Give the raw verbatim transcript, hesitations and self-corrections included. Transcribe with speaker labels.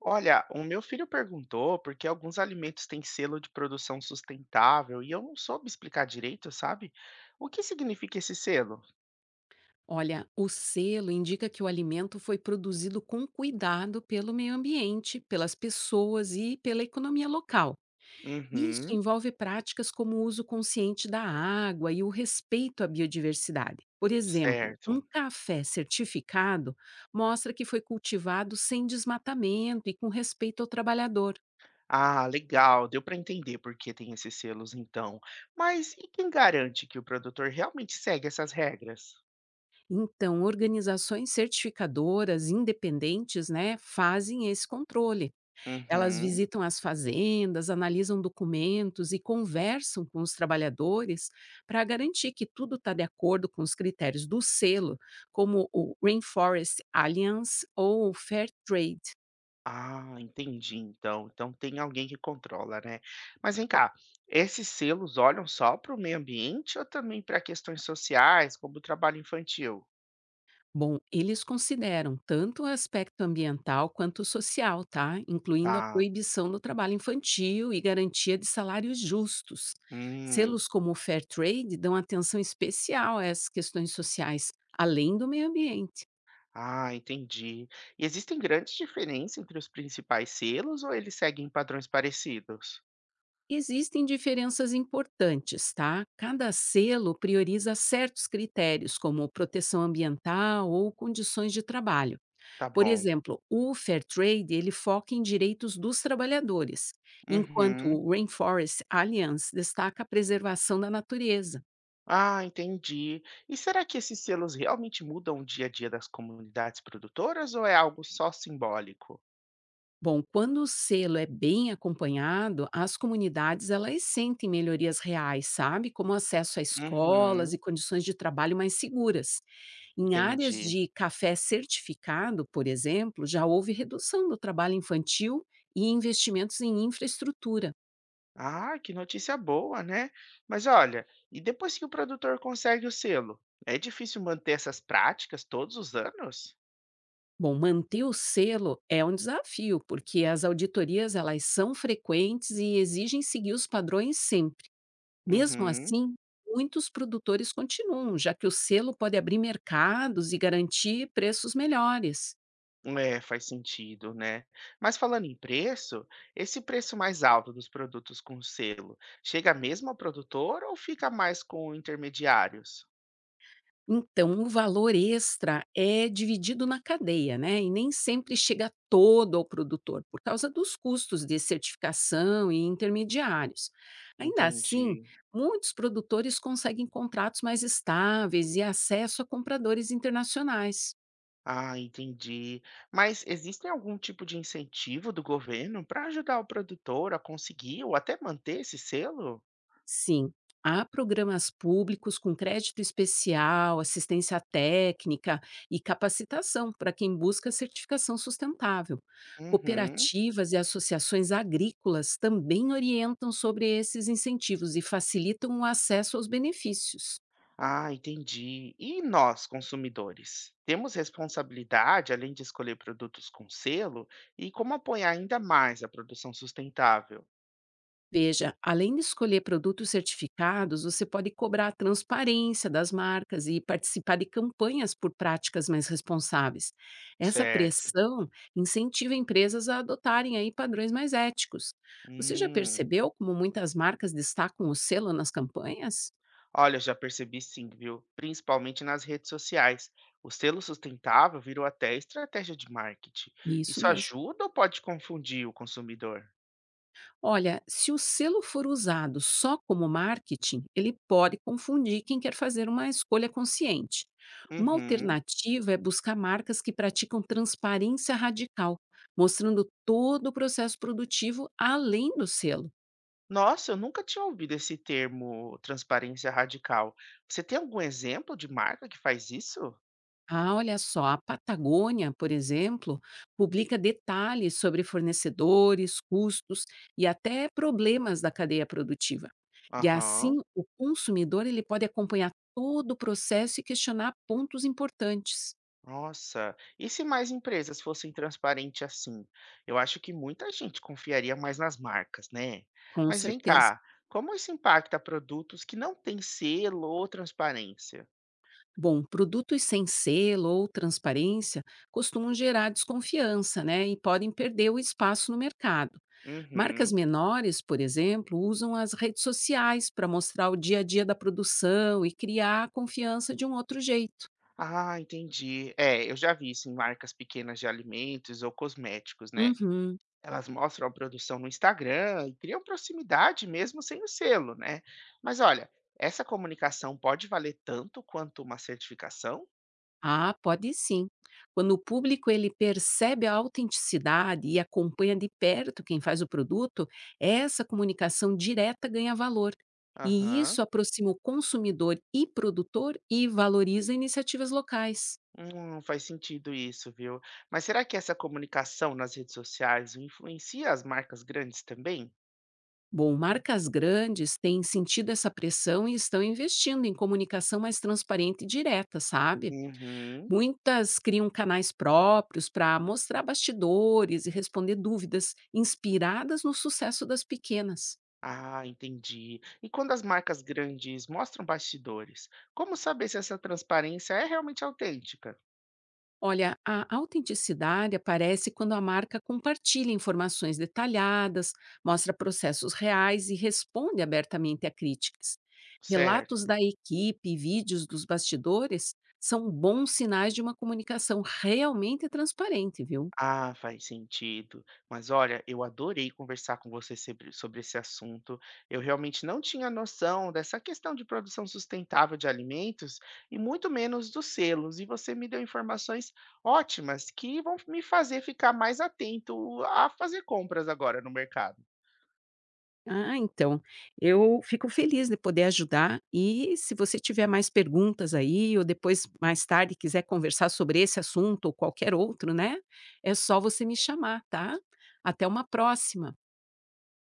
Speaker 1: Olha, o meu filho perguntou porque alguns alimentos têm selo de produção sustentável e eu não soube explicar direito, sabe? O que significa esse selo?
Speaker 2: Olha, o selo indica que o alimento foi produzido com cuidado pelo meio ambiente, pelas pessoas e pela economia local. Isso
Speaker 1: Uhum,
Speaker 2: envolve práticas como o uso consciente da água e o respeito à biodiversidade. Por exemplo,
Speaker 1: certo.
Speaker 2: um café certificado mostra que foi cultivado sem desmatamento e com respeito ao trabalhador.
Speaker 1: Ah, legal, deu para entender por que tem esses selos então. Mas e quem garante que o produtor realmente segue essas regras?
Speaker 2: Então, organizações certificadoras independentes, né, fazem esse controle. Elas
Speaker 1: Uhum.
Speaker 2: visitam as fazendas, analisam documentos e conversam com os trabalhadores para garantir que tudo está de acordo com os critérios do selo, como o Rainforest Alliance ou o Fair Trade.
Speaker 1: Ah, entendi então. Então tem alguém que controla, né? Mas vem cá, esses selos olham só para o meio ambiente ou também para questões sociais, como o trabalho infantil?
Speaker 2: Bom, eles consideram tanto o aspecto ambiental quanto o social, tá? Incluindo a
Speaker 1: Tá.
Speaker 2: proibição do trabalho infantil e garantia de salários justos.
Speaker 1: Hum.
Speaker 2: Selos como o Fair Trade dão atenção especial a essas questões sociais, além do meio ambiente.
Speaker 1: Ah, entendi. E existem grandes diferenças entre os principais selos ou eles seguem padrões parecidos?
Speaker 2: Existem diferenças importantes, tá? Cada selo prioriza certos critérios, como proteção ambiental ou condições de trabalho.
Speaker 1: Tá
Speaker 2: Por
Speaker 1: bom.
Speaker 2: exemplo, o Fair Trade ele foca em direitos dos trabalhadores, enquanto
Speaker 1: Uhum.
Speaker 2: o Rainforest Alliance destaca a preservação da natureza.
Speaker 1: Ah, entendi. E será que esses selos realmente mudam o dia a dia das comunidades produtoras ou é algo só simbólico?
Speaker 2: Bom, quando o selo é bem acompanhado, as comunidades elas sentem melhorias reais, sabe? Como acesso a escolas e
Speaker 1: Uhum,
Speaker 2: condições de trabalho mais seguras. Em áreas
Speaker 1: entendi.
Speaker 2: de café certificado, por exemplo, já houve redução do trabalho infantil e investimentos em infraestrutura.
Speaker 1: Ah, que notícia boa, né? Mas olha, e depois que o produtor consegue o selo, é difícil manter essas práticas todos os anos?
Speaker 2: Bom, manter o selo é um desafio, porque as auditorias elas são frequentes e exigem seguir os padrões sempre. Mesmo
Speaker 1: Uhum.
Speaker 2: assim, muitos produtores continuam, já que o selo pode abrir mercados e garantir preços melhores.
Speaker 1: É, faz sentido, né. Mas falando em preço, esse preço mais alto dos produtos com selo, chega mesmo ao produtor ou fica mais com intermediários?
Speaker 2: Então, o valor extra é dividido na cadeia, né? E nem sempre chega todo ao produtor, por causa dos custos de certificação e intermediários. Ainda assim,
Speaker 1: Entendi.
Speaker 2: muitos produtores conseguem contratos mais estáveis e acesso a compradores internacionais.
Speaker 1: Ah, entendi. Mas existem algum tipo de incentivo do governo para ajudar o produtor a conseguir ou até manter esse selo?
Speaker 2: Sim, há programas públicos com crédito especial, assistência técnica e capacitação para quem busca certificação sustentável.
Speaker 1: Uhum.
Speaker 2: Cooperativas e associações agrícolas também orientam sobre esses incentivos e facilitam o acesso aos benefícios.
Speaker 1: Ah, entendi. E nós, consumidores? Temos responsabilidade além de escolher produtos com selo? E como apoiar ainda mais a produção sustentável?
Speaker 2: Veja, além de escolher produtos certificados, você pode cobrar a transparência das marcas e participar de campanhas por práticas mais responsáveis. Essa
Speaker 1: Certo.
Speaker 2: pressão incentiva empresas a adotarem aí padrões mais éticos. Você já
Speaker 1: Hum,
Speaker 2: percebeu como muitas marcas destacam o selo nas campanhas?
Speaker 1: olha, eu já percebi sim, viu? Principalmente nas redes sociais. O selo sustentável virou até estratégia de marketing.
Speaker 2: Isso
Speaker 1: Isso
Speaker 2: mesmo.
Speaker 1: ajuda ou pode confundir o consumidor?
Speaker 2: Olha, se o selo for usado só como marketing, ele pode confundir quem quer fazer uma escolha consciente. Uma
Speaker 1: Uhum.
Speaker 2: alternativa é buscar marcas que praticam transparência radical, mostrando todo o processo produtivo além do selo.
Speaker 1: Nossa, eu nunca tinha ouvido esse termo transparência radical. Você tem algum exemplo de marca que faz isso?
Speaker 2: Ah, olha só, a Patagônia, por exemplo, publica detalhes sobre fornecedores, custos e até problemas da cadeia produtiva. E assim,
Speaker 1: Aham.
Speaker 2: o consumidor ele pode acompanhar todo o processo e questionar pontos importantes,
Speaker 1: Nossa, e se mais empresas fossem transparentes assim? Eu acho que muita gente confiaria mais nas marcas, né?
Speaker 2: com
Speaker 1: Mas vem
Speaker 2: certeza.
Speaker 1: cá, como isso impacta produtos que não têm selo ou transparência?
Speaker 2: Bom, produtos sem selo ou transparência costumam gerar desconfiança, né? E podem perder o espaço no mercado. Marcas
Speaker 1: Uhum.
Speaker 2: menores, por exemplo, usam as redes sociais para mostrar o dia a dia da produção e criar a confiança de um outro jeito.
Speaker 1: Ah, entendi. É, eu já vi isso em marcas pequenas de alimentos ou cosméticos, né?
Speaker 2: Uhum.
Speaker 1: Elas mostram a produção no Instagram e criam proximidade mesmo sem o selo, né? Mas olha, essa comunicação pode valer tanto quanto uma certificação?
Speaker 2: Ah, pode sim. Quando o público ele percebe a autenticidade e acompanha de perto quem faz o produto, essa comunicação direta ganha valor. E
Speaker 1: Aham.
Speaker 2: isso aproxima o consumidor e produtor e valoriza iniciativas locais.
Speaker 1: Hum, faz sentido isso, viu? Mas será que essa comunicação nas redes sociais influencia as marcas grandes também?
Speaker 2: Bom, marcas grandes têm sentido essa pressão e estão investindo em comunicação mais transparente e direta, sabe?
Speaker 1: Uhum.
Speaker 2: Muitas criam canais próprios para mostrar bastidores e responder dúvidas inspiradas no sucesso das pequenas.
Speaker 1: Ah, entendi. E quando as marcas grandes mostram bastidores, como saber se essa transparência é realmente autêntica?
Speaker 2: Olha, a autenticidade aparece quando a marca compartilha informações detalhadas, mostra processos reais e responde abertamente a críticas. Relatos
Speaker 1: Certo.
Speaker 2: da equipe e vídeos dos bastidores são bons sinais de uma comunicação realmente transparente, viu?
Speaker 1: Ah, faz sentido. Mas olha, eu adorei conversar com você sobre, sobre esse assunto. Eu realmente não tinha noção dessa questão de produção sustentável de alimentos e muito menos dos selos. E você me deu informações ótimas que vão me fazer ficar mais atento a fazer compras agora no mercado.
Speaker 2: Ah, então, eu fico feliz de poder ajudar e se você tiver mais perguntas aí ou depois mais tarde quiser conversar sobre esse assunto ou qualquer outro, né, é só você me chamar, tá? Até uma próxima.